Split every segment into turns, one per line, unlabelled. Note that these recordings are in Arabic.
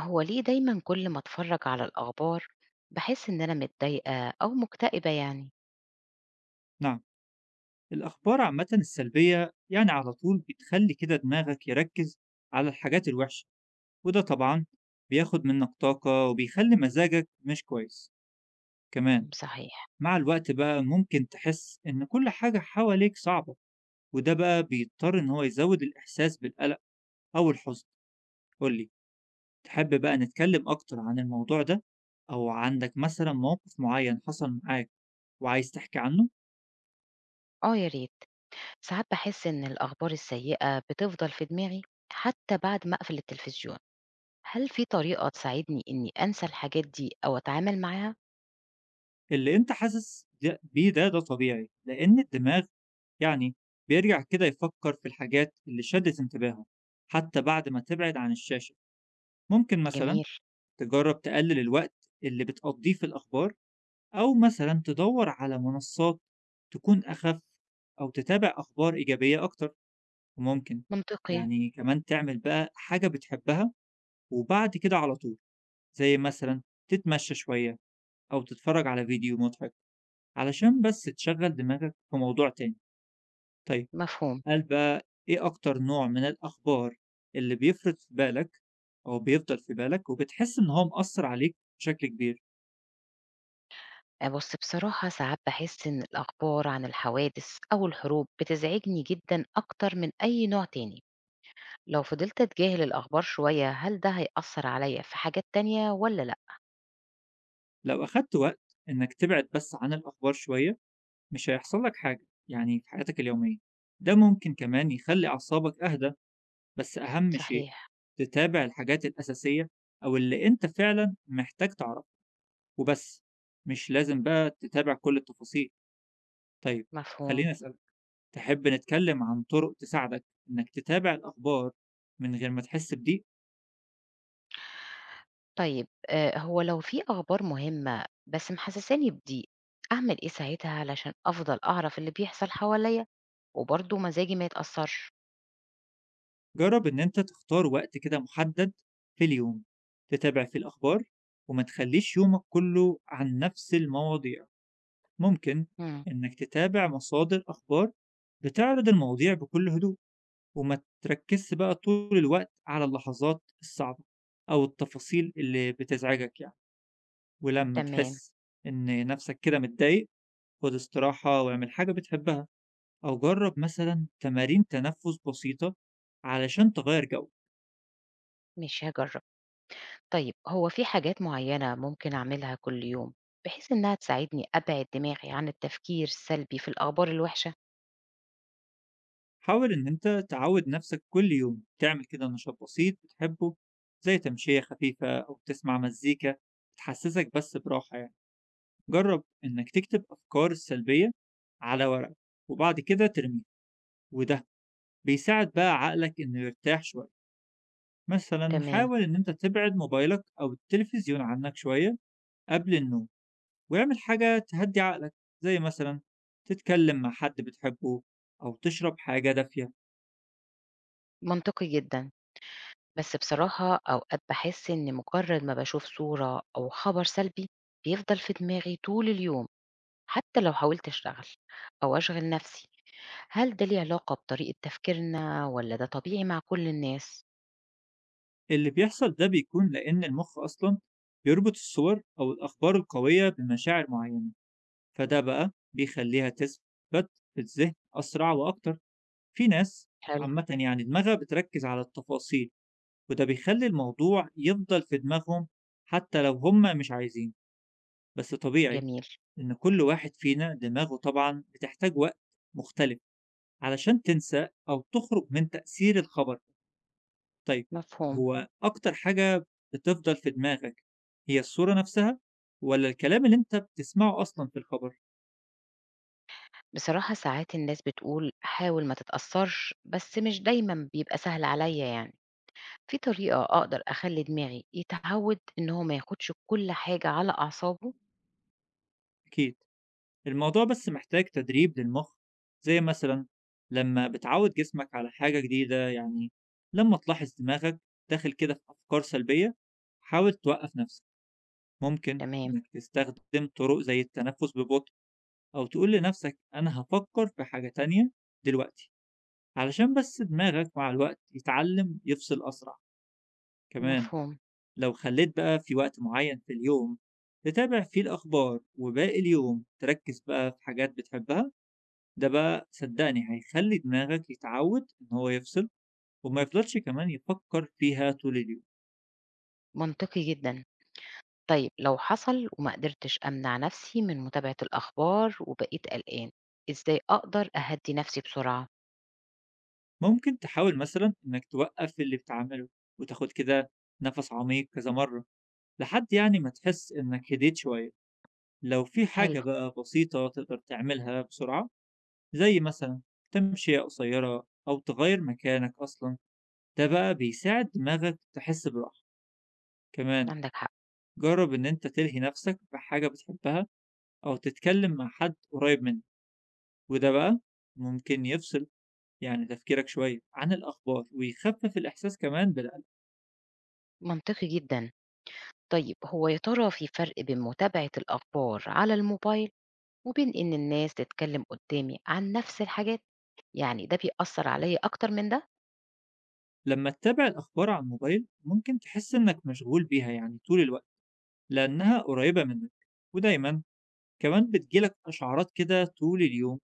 هو ليه دايما كل ما اتفرج على الأخبار بحس إن أنا متضايقة أو مكتئبة يعني.
نعم. الأخبار عامة السلبية، يعني على طول بتخلي كده دماغك يركز على الحاجات الوحشة، وده طبعا بياخد منك طاقة وبيخلي مزاجك مش كويس كمان.
مم. صحيح.
مع الوقت بقى ممكن تحس إن كل حاجة حواليك صعبة، وده بقى بيضطر إن هو يزود الإحساس بالقلق أو الحزن. قولي، تحب بقى نتكلم أكتر عن الموضوع ده، أو عندك مثلا موقف معين حصل معاك وعايز تحكي عنه؟
اه يا ريت، ساعات بحس إن الأخبار السيئة بتفضل في دماغي حتى بعد ما أقفل التلفزيون. هل في طريقة تساعدني إني أنسى الحاجات دي أو أتعامل معاها؟
اللي أنت حاسس بيه ده طبيعي، لإن الدماغ يعني بيرجع كده يفكّر في الحاجات اللي شدِّت انتباهه حتى بعد ما تبعد عن الشاشة. ممكن مثلًا
جميل.
تجرّب تقلِّل الوقت اللي بتقضّيه في الأخبار، أو مثلًا تدوّر على منصات تكون أخَف، أو تتابع أخبار إيجابية أكتر. وممكن
منطقي.
كمان تعمل بقى حاجة بتحبها وبعد كده على طول، زي مثلًا تتمشّى شوية أو تتفرّج على فيديو مضحك، علشان بس تشغّل دماغك في موضوع تاني. طيب،
مفهوم.
هل بقى إيه أكتر نوع من الأخبار اللي بيفرِض في بالك أو بيفضل في بالك وبتحس إن هو مأثّر عليك بشكل كبير؟
آه، بص بصراحة ساعات بحس إن الأخبار عن الحوادث أو الحروب بتزعجني جدا أكتر من أي نوع تاني. لو فضلت أتجاهل الأخبار شوية هل ده هيأثر عليا في حاجات تانية ولا لأ؟
لو أخدت وقت إنّك تبعد بس عن الأخبار شوية، مش هيحصل لك حاجة في حياتك اليومية. ده ممكن كمان يخلّي أعصابك أهدى، بس أهم شيء
صحيح.
تتابع الحاجات الأساسية أو اللي أنت فعلًا محتاج تعرفها وبس، مش لازم بقى تتابع كل التفاصيل. طيب،
مفهوم.
خلّيني أسألك، تحب نتكلم عن طرق تساعدك إنك تتابع الأخبار من غير ما تحس بضيق؟
طيب آه، هو لو في أخبار مهمة بس محسساني بضيق، أعمل إيه ساعتها علشان أفضل أعرف اللي بيحصل حواليا وبرضه مزاجي ما يتأثرش؟
جرب إن أنت تختار وقت كده محدد في اليوم تتابع فيه الأخبار وما تخليش يومك كله عن نفس المواضيع. ممكن
مم.
إنك تتابع مصادر أخبار بتعرض المواضيع بكل هدوء وما تركزش بقى طول الوقت على اللحظات الصعبة أو التفاصيل اللي بتزعجك، ولما
تمام.
تحس إن نفسك كده متضايق، خد استراحة واعمل حاجة بتحبها، أو جرب مثلا تمارين تنفس بسيطة علشان تغير جو.
مش هجرب. طيب هو في حاجات معينة ممكن أعملها كل يوم بحيث إنها تساعدني أبعد دماغي عن التفكير السلبي في الأخبار الوحشة؟
حاول إن أنت تعود نفسك كل يوم تعمل كده نشاط بسيط بتحبه، زي تمشية خفيفة أو تسمع مزيكا تحسسك بس براحة، يعني جرب إنك تكتب أفكار السلبية على ورق وبعد كده ترميه، وده بيساعد بقى عقلك إنه يرتاح شوية. مثلا
تمام.
حاول إن أنت تبعد موبايلك أو التلفزيون عنك شوية قبل النوم، واعمل حاجة تهدّي عقلك، زي مثلًا تتكلم مع حد بتحبه أو تشرب حاجة دافية.
منطقي جدا. بس بصراحة أوقات باحس إن مجرد ما باشوف صورة أو خبر سلبي بيفضل في دماغي طول اليوم حتى لو حاولت أشتغل أو أشغل نفسي. هل ده ليه علاقة بطريقة تفكيرنا ولا ده طبيعي مع كل الناس؟
اللي بيحصل ده بيكون لإن المخ أصلًا بيربط الصور أو الأخبار القوية بمشاعر معينة، فده بقى بيخلّيها تثبت في الذهن أسرع وأكتر. في ناس
حلو.
عامةً دماغها بتركّز على التفاصيل، وده بيخلّي الموضوع يفضل في دماغهم حتى لو هم مش عايزين، بس طبيعي
جميل.
إن كل واحد فينا دماغه طبعًا بتحتاج وقت مختلف علشان تنسى أو تخرج من تأثير الخبر. طيب،
مفهوم.
هو أكتر حاجة بتفضل في دماغك هي الصورة نفسها ولا الكلام اللي أنت بتسمعه أصلا في الخبر؟
بصراحة ساعات الناس بتقول حاول ما تتأثرش بس مش دايما بيبقى سهل عليا يعني. في طريقة أقدر أخلي دماغي يتعود إن هو ما ياخدش كل حاجة على أعصابه؟
أكيد، الموضوع بس محتاج تدريب للمخ، زي مثلا لما بتعود جسمك على حاجة جديدة. يعني لما تلاحظ دماغك داخل كده في أفكار سلبية، حاول توقف نفسك. ممكن
تمام.
إنك تستخدم طرق زي التنفس ببطء، أو تقول لنفسك أنا هفكر في حاجة تانية دلوقتي، علشان بس دماغك مع الوقت يتعلم يفصل أسرع. كمان
مفهوم.
لو خليت بقى في وقت معين في اليوم تتابع فيه الأخبار وباقي اليوم تركز بقى في حاجات بتحبها، ده بقى صدقني هيخلي دماغك يتعود إن هو يفصل وما يفضلش كمان يفكر فيها طول اليوم.
منطقي جدا. طيب لو حصل وما قدرتش أمنع نفسي من متابعة الأخبار وبقيت قلقان، إزاي أقدر أهدي نفسي بسرعة؟
ممكن تحاول مثلا إنك توقف اللي بتعمله وتاخد كده نفس عميق كذا مرة، لحد يعني ما تحس إنك هديت شوية. لو في
حلو.
حاجة بقى بسيطة تقدر تعملها بسرعة، زي مثلا تمشية قصيرة أو تغير مكانك أصلا، ده بقى بيساعد دماغك تحس براحة. كمان
عندك حق.
جرب إن أنت تلهي نفسك بحاجة بتحبها أو تتكلم مع حد قريب منك، وده بقى ممكن يفصل تفكيرك شوية عن الأخبار ويخفف الإحساس كمان بالقلق.
منطقي جدا. طيب هو يا ترى في فرق بين متابعة الأخبار على الموبايل وبين إن الناس تتكلم قدامي عن نفس الحاجات، يعني ده بيأثر عليا أكتر من ده؟
لما تتابع الأخبار على الموبايل، ممكن تحس إنك مشغول بيها يعني طول الوقت لأنها قريبة منك، ودايما كمان بتجيلك أشعارات كده طول اليوم،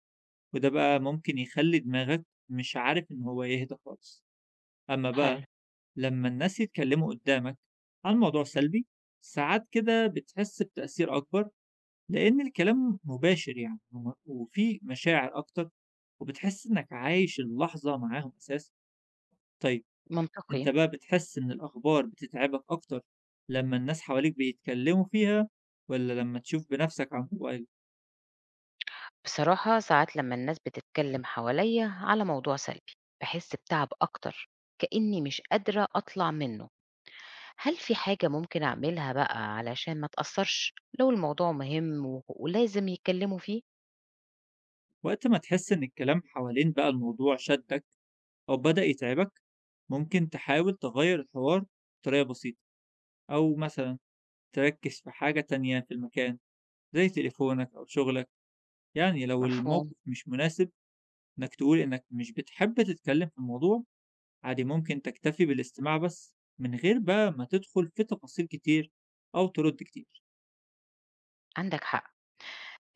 وده بقى ممكن يخلّي دماغك مش عارف إن هو يهدى خالص. أمّا بقى
حلو.
لمّا الناس يتكلّموا قدّامك عن موضوع سلبي، ساعات كده بتحس بتأثير أكبر، لإن الكلام مباشر، يعني وفيه مشاعر أكتر، وبتحس إنك عايش اللحظة معاهم أساسًا. طيب،
منطقي.
أنت بقى بتحس إن الأخبار بتتعبك أكتر لمّا الناس حواليك بيتكلّموا فيها، والّا لمّا تشوف بنَفْسك على الموبايل؟
بصراحة ساعات لما الناس بتتكلم حواليا على موضوع سلبي بحس بتعب أكتر، كأني مش قادرة أطلع منه. هل في حاجة ممكن أعملها بقى علشان ما أتأثّرش لو الموضوع مهم ولازم يتكلّموا فيه؟
وقت ما تحس إن الكلام حوالين بقى الموضوع شدّك أو بدأ يتعبك، ممكن تحاول تغير الحوار بطريقة بسيطة، أو مثلا تركز في حاجة تانية في المكان زي تليفونك أو شغلك. يعني لو
مفهوم.
الموقف مش مناسب إنك تقول إنك مش بتحب تتكلم في الموضوع، عادي ممكن تكتفي بالاستماع بس من غير بقى ما تدخل في تفاصيل كتير أو ترد كتير.
عندك حق.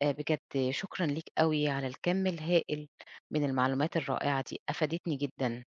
بجد شكرًا ليك أوي على الكَم الهائل من المعلومات الرائعة دي، أفادتني جدًا.